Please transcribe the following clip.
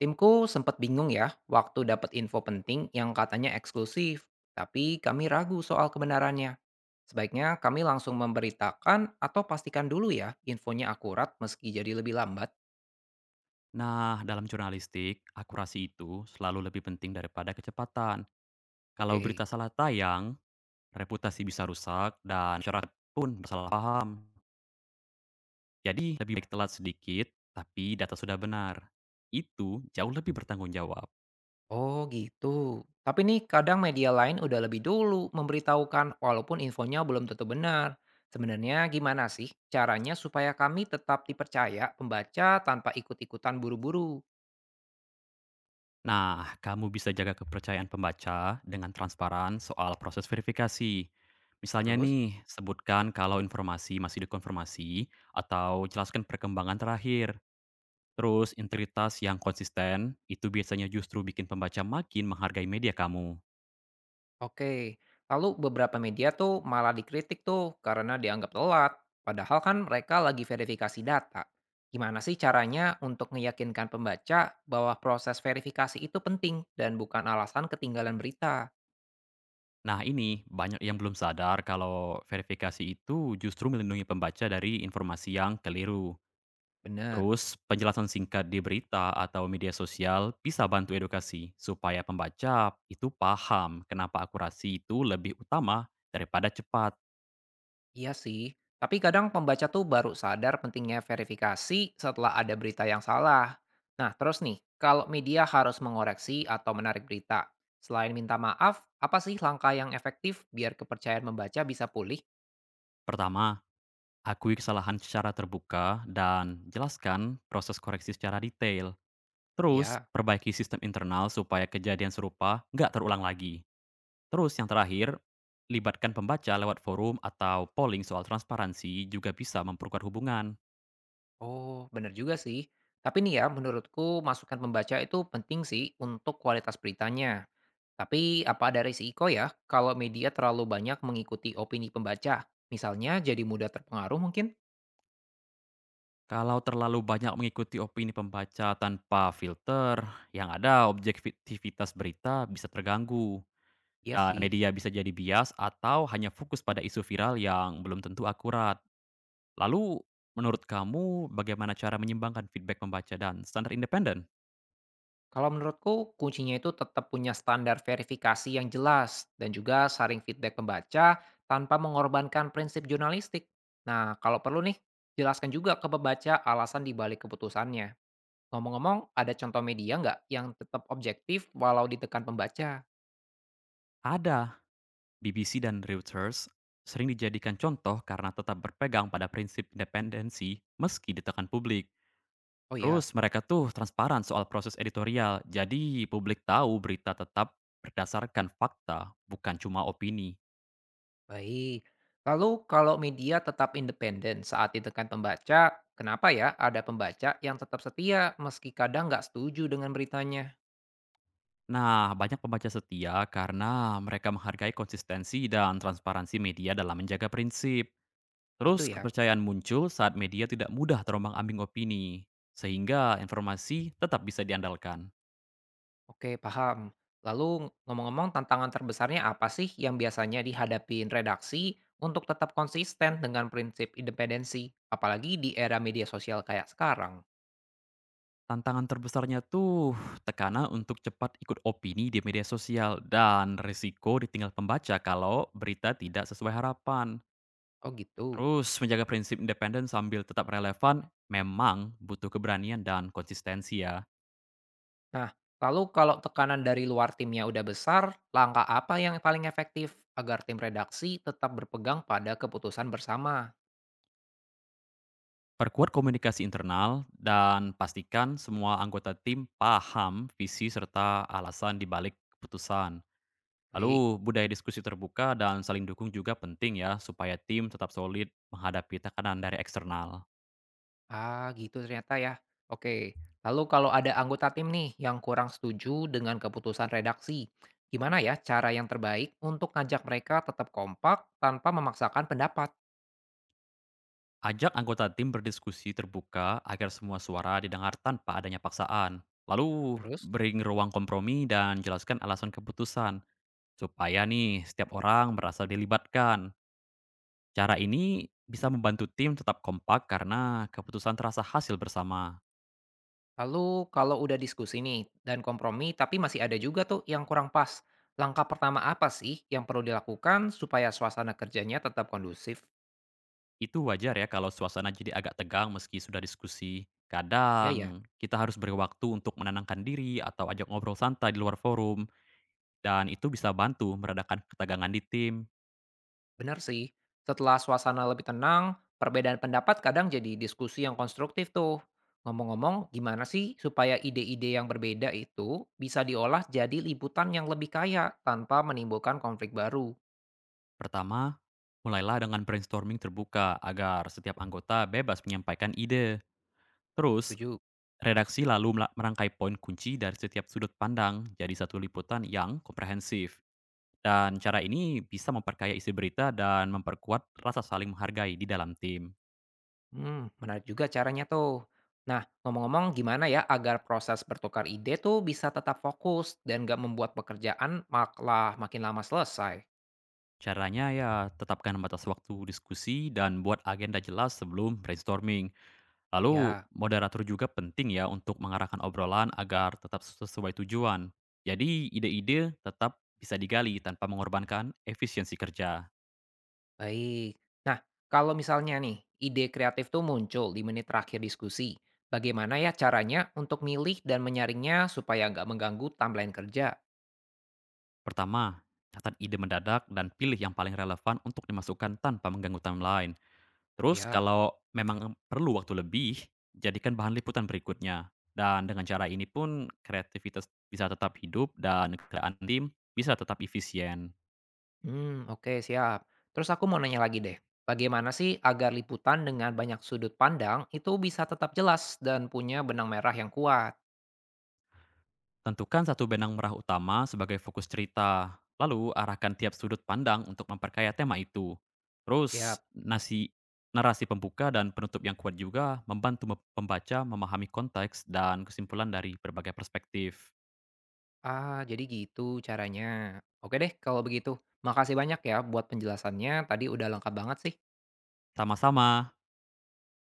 Timku sempat bingung ya waktu dapat info penting yang katanya eksklusif, tapi kami ragu soal kebenarannya. Sebaiknya kami langsung memberitakan atau pastikan dulu ya infonya akurat meski jadi lebih lambat. Nah, dalam jurnalistik, akurasi itu selalu lebih penting daripada kecepatan. Kalau Oke. berita salah tayang, reputasi bisa rusak dan masyarakat pun bersalah paham. Jadi, lebih baik telat sedikit, tapi data sudah benar. Itu jauh lebih bertanggung jawab. Oh gitu. Tapi nih kadang media lain udah lebih dulu memberitahukan walaupun infonya belum tentu benar. Sebenarnya gimana sih caranya supaya kami tetap dipercaya pembaca tanpa ikut-ikutan buru-buru? Nah, kamu bisa jaga kepercayaan pembaca dengan transparan soal proses verifikasi. Misalnya Terus? nih, sebutkan kalau informasi masih dikonfirmasi atau jelaskan perkembangan terakhir. Terus integritas yang konsisten, itu biasanya justru bikin pembaca makin menghargai media kamu. Oke, lalu beberapa media tuh malah dikritik tuh karena dianggap telat, padahal kan mereka lagi verifikasi data. Gimana sih caranya untuk meyakinkan pembaca bahwa proses verifikasi itu penting dan bukan alasan ketinggalan berita? Nah ini, banyak yang belum sadar kalau verifikasi itu justru melindungi pembaca dari informasi yang keliru. Bener, Terus, penjelasan singkat di berita atau media sosial bisa bantu edukasi supaya pembaca itu paham kenapa akurasi itu lebih utama daripada cepat. iya sih. Tapi kadang pembaca tuh baru sadar pentingnya verifikasi setelah ada berita yang salah. Nah, terus nih, kalau media harus mengoreksi atau menarik berita, selain minta maaf, apa sih langkah yang efektif biar kepercayaan membaca bisa pulih? Pertama, akui kesalahan secara terbuka dan jelaskan proses koreksi secara detail. Terus, Ya, perbaiki sistem internal supaya kejadian serupa nggak terulang lagi. Terus yang terakhir, libatkan pembaca lewat forum atau polling soal transparansi juga bisa memperkuat hubungan. oh bener juga sih. Tapi nih ya, menurutku masukan pembaca itu penting sih untuk kualitas beritanya. Tapi apa ada risiko ya kalau media terlalu banyak mengikuti opini pembaca? Misalnya jadi mudah terpengaruh mungkin? Kalau terlalu banyak mengikuti opini pembaca tanpa filter, yang ada objektivitas berita bisa terganggu. Iya Dan sih. media bisa jadi bias atau hanya fokus pada isu viral yang belum tentu akurat. Lalu, menurut kamu bagaimana cara menyimbangkan feedback pembaca dan standar independen? Kalau menurutku kuncinya itu tetap punya standar verifikasi yang jelas dan juga saring feedback pembaca tanpa mengorbankan prinsip jurnalistik. Nah, kalau perlu nih, jelaskan juga ke pembaca alasan dibalik keputusannya. Ngomong-ngomong, ada contoh media nggak yang tetap objektif walau ditekan pembaca? Ada BBC dan Reuters sering dijadikan contoh karena tetap berpegang pada prinsip independensi meski ditekan publik. Oh ya, Terus mereka tuh transparan soal proses editorial, jadi publik tahu berita tetap berdasarkan fakta, bukan cuma opini. baik. Lalu kalau media tetap independen saat ditekan pembaca, kenapa ya ada pembaca yang tetap setia meski kadang nggak setuju dengan beritanya? Nah, banyak pembaca setia karena mereka menghargai konsistensi dan transparansi media dalam menjaga prinsip. Gitu Terus ya. kepercayaan muncul saat media tidak mudah terombang-ambing opini, sehingga informasi tetap bisa diandalkan. Oke, paham. Lalu ngomong-ngomong tantangan terbesarnya apa sih yang biasanya dihadapin redaksi untuk tetap konsisten dengan prinsip independensi, apalagi di era media sosial kayak sekarang? Tantangan terbesarnya tuh tekanan untuk cepat ikut opini di media sosial dan risiko ditinggal pembaca kalau berita tidak sesuai harapan. Oh gitu. Terus menjaga prinsip independen sambil tetap relevan memang butuh keberanian dan konsistensi ya. Nah, lalu kalau tekanan dari luar timnya udah besar, langkah apa yang paling efektif agar tim redaksi tetap berpegang pada keputusan bersama? Perkuat komunikasi internal dan pastikan semua anggota tim paham visi serta alasan di balik keputusan. Lalu Baik, budaya diskusi terbuka dan saling dukung juga penting ya supaya tim tetap solid menghadapi tekanan dari eksternal. ah gitu ternyata ya. Oke, lalu kalau ada anggota tim nih yang kurang setuju dengan keputusan redaksi, gimana ya cara yang terbaik untuk ngajak mereka tetap kompak tanpa memaksakan pendapat? Ajak anggota tim berdiskusi terbuka agar semua suara didengar tanpa adanya paksaan. Lalu, Terus? beri ruang kompromi dan jelaskan alasan keputusan, supaya nih setiap orang merasa dilibatkan. Cara ini bisa membantu tim tetap kompak karena keputusan terasa hasil bersama. Lalu kalau udah diskusi nih dan kompromi tapi masih ada juga tuh yang kurang pas. Langkah pertama apa sih yang perlu dilakukan supaya suasana kerjanya tetap kondusif? Itu wajar ya kalau suasana jadi agak tegang meski sudah diskusi. Ya ya, Kadang kita harus beri waktu untuk menenangkan diri atau ajak ngobrol santai di luar forum, dan itu bisa bantu meredakan ketegangan di tim. benar sih. Setelah suasana lebih tenang, perbedaan pendapat kadang jadi diskusi yang konstruktif tuh. Ngomong-ngomong, gimana sih supaya ide-ide yang berbeda itu bisa diolah jadi liputan yang lebih kaya tanpa menimbulkan konflik baru? Pertama, mulailah dengan brainstorming terbuka agar setiap anggota bebas menyampaikan ide. Terus, Setuju? redaksi lalu merangkai poin kunci dari setiap sudut pandang jadi satu liputan yang komprehensif. Dan cara ini bisa memperkaya isi berita dan memperkuat rasa saling menghargai di dalam tim. Hmm, menarik juga caranya tuh. Nah, ngomong-ngomong gimana ya agar proses bertukar ide tuh bisa tetap fokus dan gak membuat pekerjaan malah makin lama selesai? Caranya ya, tetapkan batas waktu diskusi dan buat agenda jelas sebelum brainstorming. Lalu, Ya, moderator juga penting ya untuk mengarahkan obrolan agar tetap sesuai tujuan. Jadi, ide-ide tetap bisa digali tanpa mengorbankan efisiensi kerja. baik. Nah, kalau misalnya nih, ide kreatif tuh muncul di menit terakhir diskusi, bagaimana ya caranya untuk milih dan menyaringnya supaya nggak mengganggu timeline kerja? Pertama, catat ide mendadak dan pilih yang paling relevan untuk dimasukkan tanpa mengganggu tim lain. Terus, Ya. kalau memang perlu waktu lebih, jadikan bahan liputan berikutnya. Dan dengan cara ini pun kreativitas bisa tetap hidup dan kerjaan tim bisa tetap efisien. Hmm oke siap. Terus aku mau nanya lagi deh, bagaimana sih agar liputan dengan banyak sudut pandang itu bisa tetap jelas dan punya benang merah yang kuat? Tentukan satu benang merah utama sebagai fokus cerita, lalu arahkan tiap sudut pandang untuk memperkaya tema itu. Terus, Siap. Narasi pembuka dan penutup yang kuat juga membantu pembaca memahami konteks dan kesimpulan dari berbagai perspektif. Ah, jadi gitu caranya. Oke deh kalau begitu. Makasih banyak ya buat penjelasannya, tadi udah lengkap banget sih. Sama-sama.